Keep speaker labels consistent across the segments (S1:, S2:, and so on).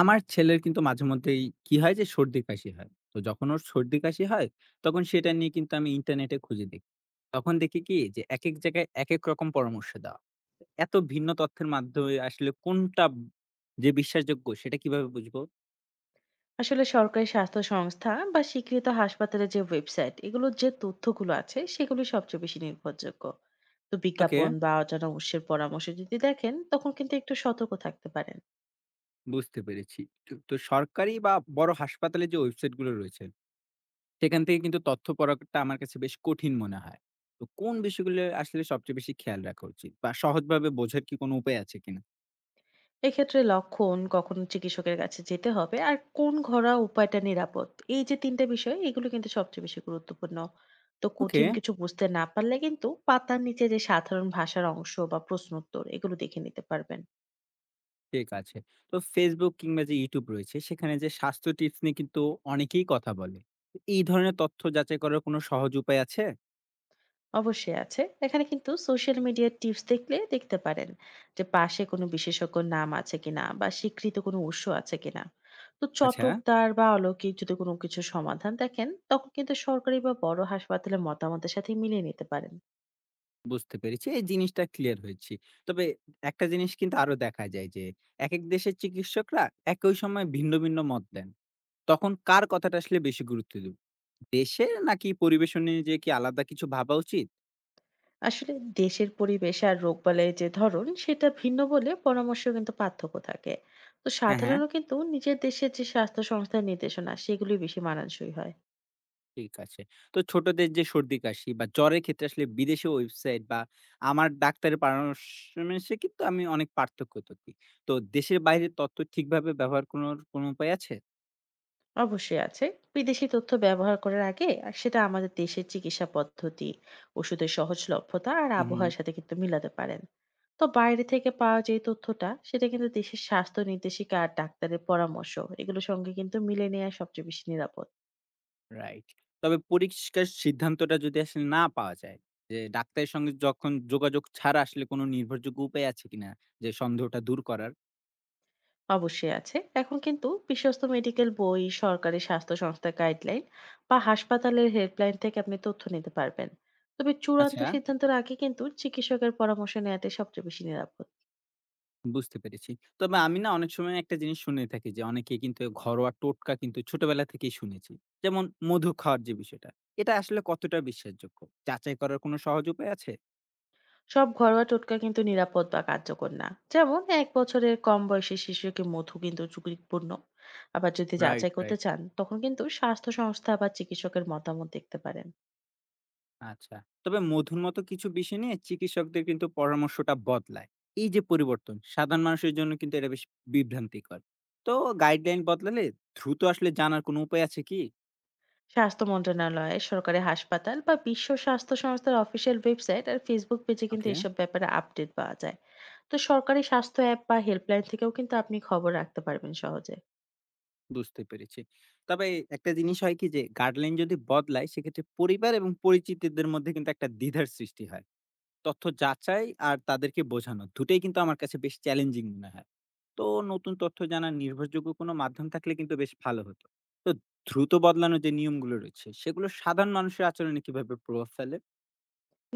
S1: আমার ছেলের কিন্তু মাঝে মধ্যেই কি হয় যে সর্দি কাশি হয়। তো যখন ওর সর্দি কাশি হয় তখন সেটা নিয়ে কিন্তু আমি ইন্টারনেটে খুঁজে দেখি। তখন দেখি কি যে একেক জায়গায় একেক রকম পরামর্শ দেওয়া। এত ভিন্ন তথ্যের মাধ্যমে আসলে কোনটা যে বিশ্বাসযোগ্য সেটা কিভাবে বুঝবো?
S2: আসলে সরকারি স্বাস্থ্য সংস্থা বা স্বীকৃত হাসপাতালের যে ওয়েবসাইট এগুলোর যে তথ্যগুলো আছে সেগুলো সবচেয়ে বেশি নির্ভরযোগ্য। তো
S1: ওকে,
S2: বিজ্ঞাপন বা অজানা উৎসের পরামর্শ যদি দেখেন তখন কিন্তু একটু সতর্ক থাকতে পারেন।
S1: বুঝতে পেরেছি। তো সরকারি বা বড় হাসপাতালে যে ওয়েবসাইট গুলো রয়েছে সেখান থেকে কিন্তু তথ্য পড়াটা আমার কাছে বেশ কঠিন মনে হয়। তো কোন বিষয়গুলো আসলে সবচেয়ে বেশি খেয়াল রাখা উচিত বা সহজভাবে বোঝার কি কোনো উপায় আছে কিনা?
S2: এক্ষেত্রে লক্ষণ কখন চিকিৎসকের কাছে যেতে হবে আর কোন ঘরোয়া উপায়টা নিরাপদ, এই যে তিনটা বিষয় এগুলো কিন্তু সবচেয়ে বেশি গুরুত্বপূর্ণ। তো
S1: ওকে।
S2: কঠিন কিছু বুঝতে না পারলে কিন্তু পাতার নিচে যে সাধারণ ভাষার অংশ বা প্রশ্ন উত্তর এগুলো দেখে নিতে পারবেন।
S1: ঠিক আছে। তো Facebook কিংবা যে YouTube রয়েছে সেখানে যে স্বাস্থ্য টিপস নিয়ে কিন্তু অনেকেই কথা বলে। তো এই ধরনের তথ্য যাচাই করার কোনো সহজ উপায় আছে?
S2: অবশ্যই আছে, এখানে কিন্তু সোশ্যাল মিডিয়ার টিপস দেখলে দেখতে পারেন যে পাশে কোনো বিশেষজ্ঞ নাম আছে কিনা বা স্বীকৃত কোনো উৎস আছে কিনা। তো
S1: আচ্ছা,
S2: চটকদার বা অলৌকিক যদি কোনো কিছু সমাধান দেখেন তখন কিন্তু সরকারি বা বড় হাসপাতালের মতামতের সাথে মিলিয়ে নিতে পারেন।
S1: বুঝতে পেরেছি। এই জিনিসটা ক্লিয়ার হয়েছি। তবে একটা জিনিস কিন্তু আরো দেখা যায় যে একেক দেশের চিকিৎসকরা একই সময়ে ভিন্ন মত দেন। তখন কার কথাটা আসলে বেশি গুরুত্ব দেব? দেশে নাকি পরিবেশনে যে কি আলাদা কিছু ভাবা উচিত?
S2: আসলে দেশের পরিবেশ আর রোগবালাইয়ের যে ধরন সেটা ভিন্ন বলে পরামর্শ কিন্তু পার্থক্য থাকে। তো
S1: হ্যাঁ, হ্যাঁ।
S2: সাধারণত কিন্তু নিজের দেশের যে স্বাস্থ্য সংস্থার নির্দেশনা সেগুলি বেশি মানানসই হয়।
S1: ঠিক আছে। তো ছোটদের যে সর্দি-কাশি বা জ্বরের ক্ষেত্রে আসলে বিদেশি ওয়েবসাইট বা আমার ডাক্তারের পরামর্শে কিন্তু আমি অনেক পার্থক্য দেখি। তো দেশের বাইরের তথ্য ঠিকভাবে ব্যবহার করার কোনো উপায় আছে?
S2: অবশ্যই আছে। বিদেশি তথ্য ব্যবহার করার আগে আর সেটা আমাদের দেশের চিকিৎসা পদ্ধতি, ওষুধের সহজলভ্যতা আর
S1: হুম, হুম।
S2: আবহাওয়ার সাথে কিন্তু মিলাতে পারেন। তো বাইরে থেকে পাওয়া যে তথ্যটা সেটা কিন্তু দেশের স্বাস্থ্য নির্দেশিকা আর ডাক্তারের পরামর্শ এগুলোর সঙ্গে কিন্তু মিলে নেওয়া সবচেয়ে বেশি নিরাপদ।
S1: রাইট। তবে পরিষ্কার সিদ্ধান্তটা যদি আসলে না পাওয়া যায়, যে ডাক্তারের সঙ্গে যখন যোগাযোগ ছাড়া আসলে কোনো নির্ভরযোগ্য উপায় আছে কিনা যে সন্দেহটা দূর করার?
S2: অবশ্যই আছে। এখন কিন্তু বিশ্বস্ত মেডিকেল বই, সরকারি স্বাস্থ্য সংস্থার গাইডলাইন বা হাসপাতালের হেল্পলাইন থেকে আপনি তথ্য নিতে পারবেন। তবে চূড়ান্ত
S1: আচ্ছা।
S2: সিদ্ধান্তের আগে কিন্তু চিকিৎসকের পরামর্শ নেওয়াটাই সবচেয়ে বেশি নিরাপদ।
S1: বুঝতে পেরেছি। তবে আমি না অনেক সময় একটা জিনিস শুনে থাকি যে অনেকে কিন্তু ঘরোয়া টোটকা কিন্তু ছোটবেলা থেকেই শুনেছি। যেমন মধু খাওয়ার যে বিষয়টা, এটা আসলে কতটা বিশ্বাসযোগ্য? যাচাই করার কোনো সহজ উপায় আছে?
S2: সব ঘরোয়া টোটকা কিন্তু নিরাপদ বা কার্যকর না, যেমন এক বছরের কম বয়সী শিশুকে মধু কিন্তু ঝুঁকিপূর্ণ। আবার যদি
S1: রাইট,
S2: যাচাই করতে
S1: রাইট।
S2: চান তখন কিন্তু স্বাস্থ্য সংস্থা বা চিকিৎসকের মতামত দেখতে পারেন।
S1: আচ্ছা। তবে মধুর মতো কিছু বিষয় নিয়ে চিকিৎসকদের কিন্তু পরামর্শটা বদলায়। এই যে পরিবর্তন, সাধারণ মানুষের জন্য কিন্তু এটা বেশ বিভ্রান্তিকর। তো গাইডলাইন বদলালে দ্রুত আসলে জানার কোনো উপায় আছে কি?
S2: স্বাস্থ্য মন্ত্রণালয়, সরকারি হাসপাতাল বা বিশ্ব স্বাস্থ্য সংস্থার অফিসিয়াল ওয়েবসাইট আর ফেসবুক পেজে কিন্তু
S1: ওকে।
S2: এসব ব্যাপারে আপডেট পাওয়া যায়। তো সরকারি স্বাস্থ্য অ্যাপ বা হেল্পলাইন থেকেও কিন্তু আপনি খবর রাখতে পারবেন সহজে।
S1: বুঝতে পেরেছি। তবে একটা জিনিস হয় কি যে গাইডলাইন যদি বদলায় সেক্ষেত্রে পরিবার এবং পরিচিতদের মধ্যে কিন্তু একটা দ্বিধার সৃষ্টি হয়। তথ্য যাচাই আর তাদেরকে বোঝানো দুটোই কিন্তু আমার কাছে বেশ চ্যালেঞ্জিং মনে হয়। তো নতুন তথ্য জানার নির্ভরযোগ্য কোনো মাধ্যম থাকলে কিন্তু বেশ ভালো হতো। তো দ্রুত বদলানো যে নিয়মগুলো রয়েছে সেগুলো সাধারণ মানুষের আচরণে কিভাবে প্রভাব ফেলে?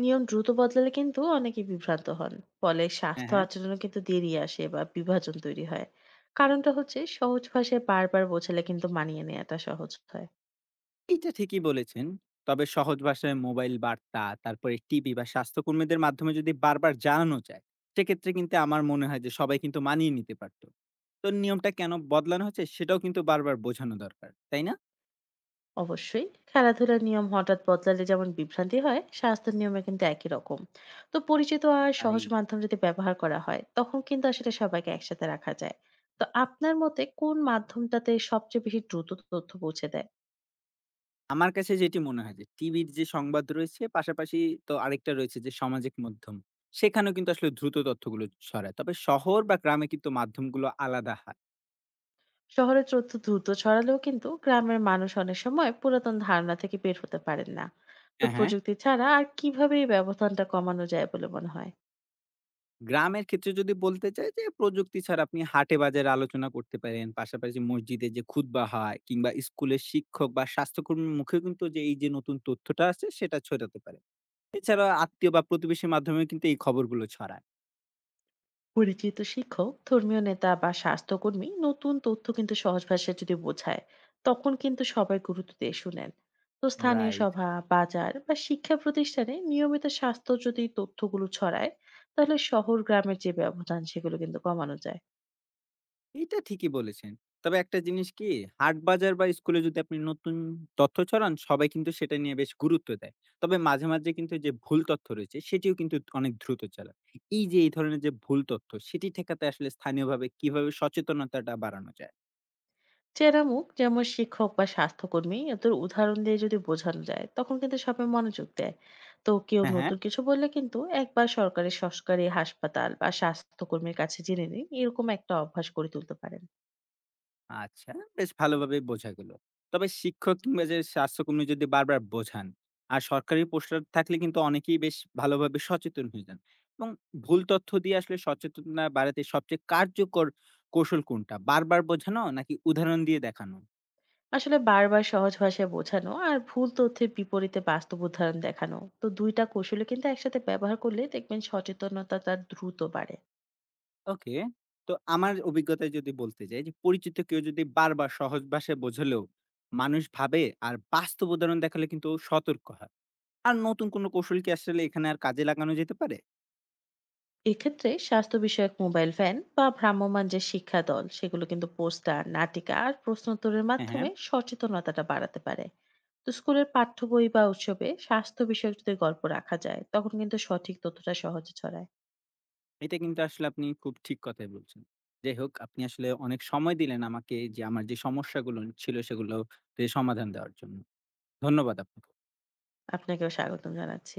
S2: নিয়ম দ্রুত বদলালে কিন্তু অনেকে বিভ্রান্ত হন, ফলে
S1: হ্যাঁ,
S2: স্বাস্থ্য
S1: হ্যাঁ।
S2: আচরণে কিন্তু দেরি আসে বা বিভাজন তৈরি হয়। কারণটা হচ্ছে সহজ ভাষায় বারবার বোঝালে কিন্তু মানিয়ে নেওয়াটা সহজ হয়।
S1: এটা ঠিকই বলেছেন। তবে সহজ ভাষায় মোবাইল বার্তা, তারপরে টিভি বা স্বাস্থ্যকর্মীদের মাধ্যমে যদি বারবার জানানো যায়, সেক্ষেত্রে কিন্তু আমার মনে হয় যে সবাই কিন্তু মানিয়ে নিতে পারত। তো নিয়মটা কেন বদলানো হচ্ছে সেটাও কিন্তু বারবার বোঝানো দরকার, তাই না?
S2: অবশ্যই। খেলাধুলার নিয়ম হঠাৎ বদলালে যেমন বিভ্রান্তি হয়, স্বাস্থ্যের নিয়মে কিন্তু একই রকম। তো পরিচিত আর
S1: তাই
S2: সহজ মাধ্যম যদি ব্যবহার করা হয় তখন কিন্তু আসলে সবাইকে একসাথে রাখা যায়। তো আপনার মতে কোন মাধ্যমটাতে সবচেয়ে বেশি দ্রুত তথ্য পৌঁছে দেয়?
S1: আমার কাছে যেটি মনে হয় যে টিভির যে সংবাদ রয়েছে পাশাপাশি তো আরেকটা রয়েছে যে সামাজিক মাধ্যম। সেখানেও কিন্তু আসলে দ্রুত তথ্যগুলো ছড়ায়। তবে শহর বা গ্রামে কিন্তু মাধ্যমগুলো আলাদা হয়।
S2: শহরে তথ্য দ্রুত ছড়ালেও কিন্তু গ্রামের মানুষ অনেক সময় পুরাতন ধারণা থেকে বের হতে পারেন না। তো
S1: হ্যাঁ, হ্যাঁ।
S2: প্রযুক্তি ছাড়া আর কিভাবে এই ব্যবধানটা কমানো যায় বলে মনে হয়?
S1: গ্রামের ক্ষেত্রে যদি বলতে চাই যে প্রযুক্তি ছাড়া আপনি হাটে বাজারে আলোচনা করতে পারেন পাশাপাশি মসজিদে যে খুতবা হয় কিংবা স্কুলের শিক্ষক বা স্বাস্থ্যকর্মীর মুখে কিন্তু যে এই যে নতুন তথ্যটা আছে সেটা ছড়াতে পারে। এছাড়া আত্মীয় বা প্রতিবেশীর মাধ্যমে কিন্তু এই খবরগুলো ছড়ায়।
S2: পরিচিত শিক্ষক, ধর্মীয় নেতা বা স্বাস্থ্যকর্মী নতুন তথ্য কিন্তু সহজ ভাষায় যদি বোঝায় তখন কিন্তু সবাই গুরুত্ব দিয়ে শুনেন। তো স্থানীয়
S1: রাইট।
S2: সভা, বাজার বা শিক্ষা প্রতিষ্ঠানে নিয়মিত স্বাস্থ্য যদি তথ্যগুলো ছড়ায় তাহলে শহর গ্রামের যে ব্যবধান সেগুলো কিন্তু কমানো যায়।
S1: এইটা ঠিকই বলেছেন। তবে একটা জিনিস কি, হাট-বাজার বা স্কুলে যদি আপনি নতুন তথ্য ছড়ান, সবাই কিন্তু সেটা নিয়ে বেশ গুরুত্ব দেয়। তবে মাঝে মাঝে কিন্তু যে ভুল তথ্য রয়েছে, সেটিও কিন্তু অনেক দ্রুত ছড়ায়। এই যে এই ধরনের যে ভুল তথ্য, সেটি ঠেকাতে আসলে স্থানীয়ভাবে কিভাবে সচেতনতাটা বাড়ানো যায়?
S2: চেনা মুখ যেমন শিক্ষক বা স্বাস্থ্যকর্মী, এদের উদাহরণ দিয়ে যদি বোঝানো যায় তখন কিন্তু সবাই মনোযোগ দেয়। তো কেউ
S1: হ্যাঁ, হ্যাঁ।
S2: নতুন কিছু বললে কিন্তু একবার সরকারি সরকারি হাসপাতাল বা স্বাস্থ্যকর্মীর কাছে জেনে নিন, এরকম একটা অভ্যাস করে তুলতে পারেন।
S1: আচ্ছা, বেশ ভালোভাবেই বোঝা গেল। তবে শিক্ষক কিংবা যে স্বাস্থ্যকর্মী যদি বারবার বোঝান আর সরকারি পোস্টার থাকলে কিন্তু অনেকেই বেশ ভালোভাবে সচেতন হয়ে যান। এবং ভুল তথ্য দিয়ে আসলে সচেতনতা বাড়াতে সবচেয়ে কার্যকর কৌশল কোনটা? বারবার বোঝানো নাকি উদাহরণ দিয়ে দেখানো?
S2: আসলে বারবার সহজ ভাষায় বোঝানো আর ভুল তথ্যের বিপরীতে বাস্তব উদাহরণ দেখানো, তো দুইটা কৌশলে কিন্তু একসাথে ব্যবহার করলে দেখবেন সচেতনতাটা দ্রুত বাড়ে।
S1: ওকে। তো আমার অভিজ্ঞতায় যদি বলতে যাই যে পরিচিত কেউ যদি বারবার সহজ ভাষায় বোঝালেও মানুষ ভাবে আর বাস্তব উদাহরণ দেখালে কিন্তু সতর্ক হয়। আর নতুন কোনো কৌশল কি আসলে এখানে আর কাজে লাগানো যেতে পারে?
S2: এক্ষেত্রে স্বাস্থ্য বিষয়ক মোবাইল ভ্যান বা ভ্রাম্যমাণ যে শিক্ষা দল সেগুলো কিন্তু পোস্টার, নাটিকা আর প্রশ্নোত্তরের
S1: হ্যাঁ, হ্যাঁ।
S2: মাধ্যমে সচেতনতাটা বাড়াতে পারে। তো স্কুলের পাঠ্য বই বা উৎসবে স্বাস্থ্য বিষয়ক যদি গল্প রাখা যায় তখন কিন্তু সঠিক তথ্যটা সহজে ছড়ায়।
S1: এটা কিন্তু আসলে আপনি খুব ঠিক কথাই বলছেন। যাই হোক আপনি আসলে অনেক সময় দিলেন আমাকে যে আমার যে সমস্যাগুলো ছিল সেগুলো তে সমাধান দেওয়ার জন্য। ধন্যবাদ আপনাকে।
S2: আপনাকেও স্বাগতম জানাচ্ছি।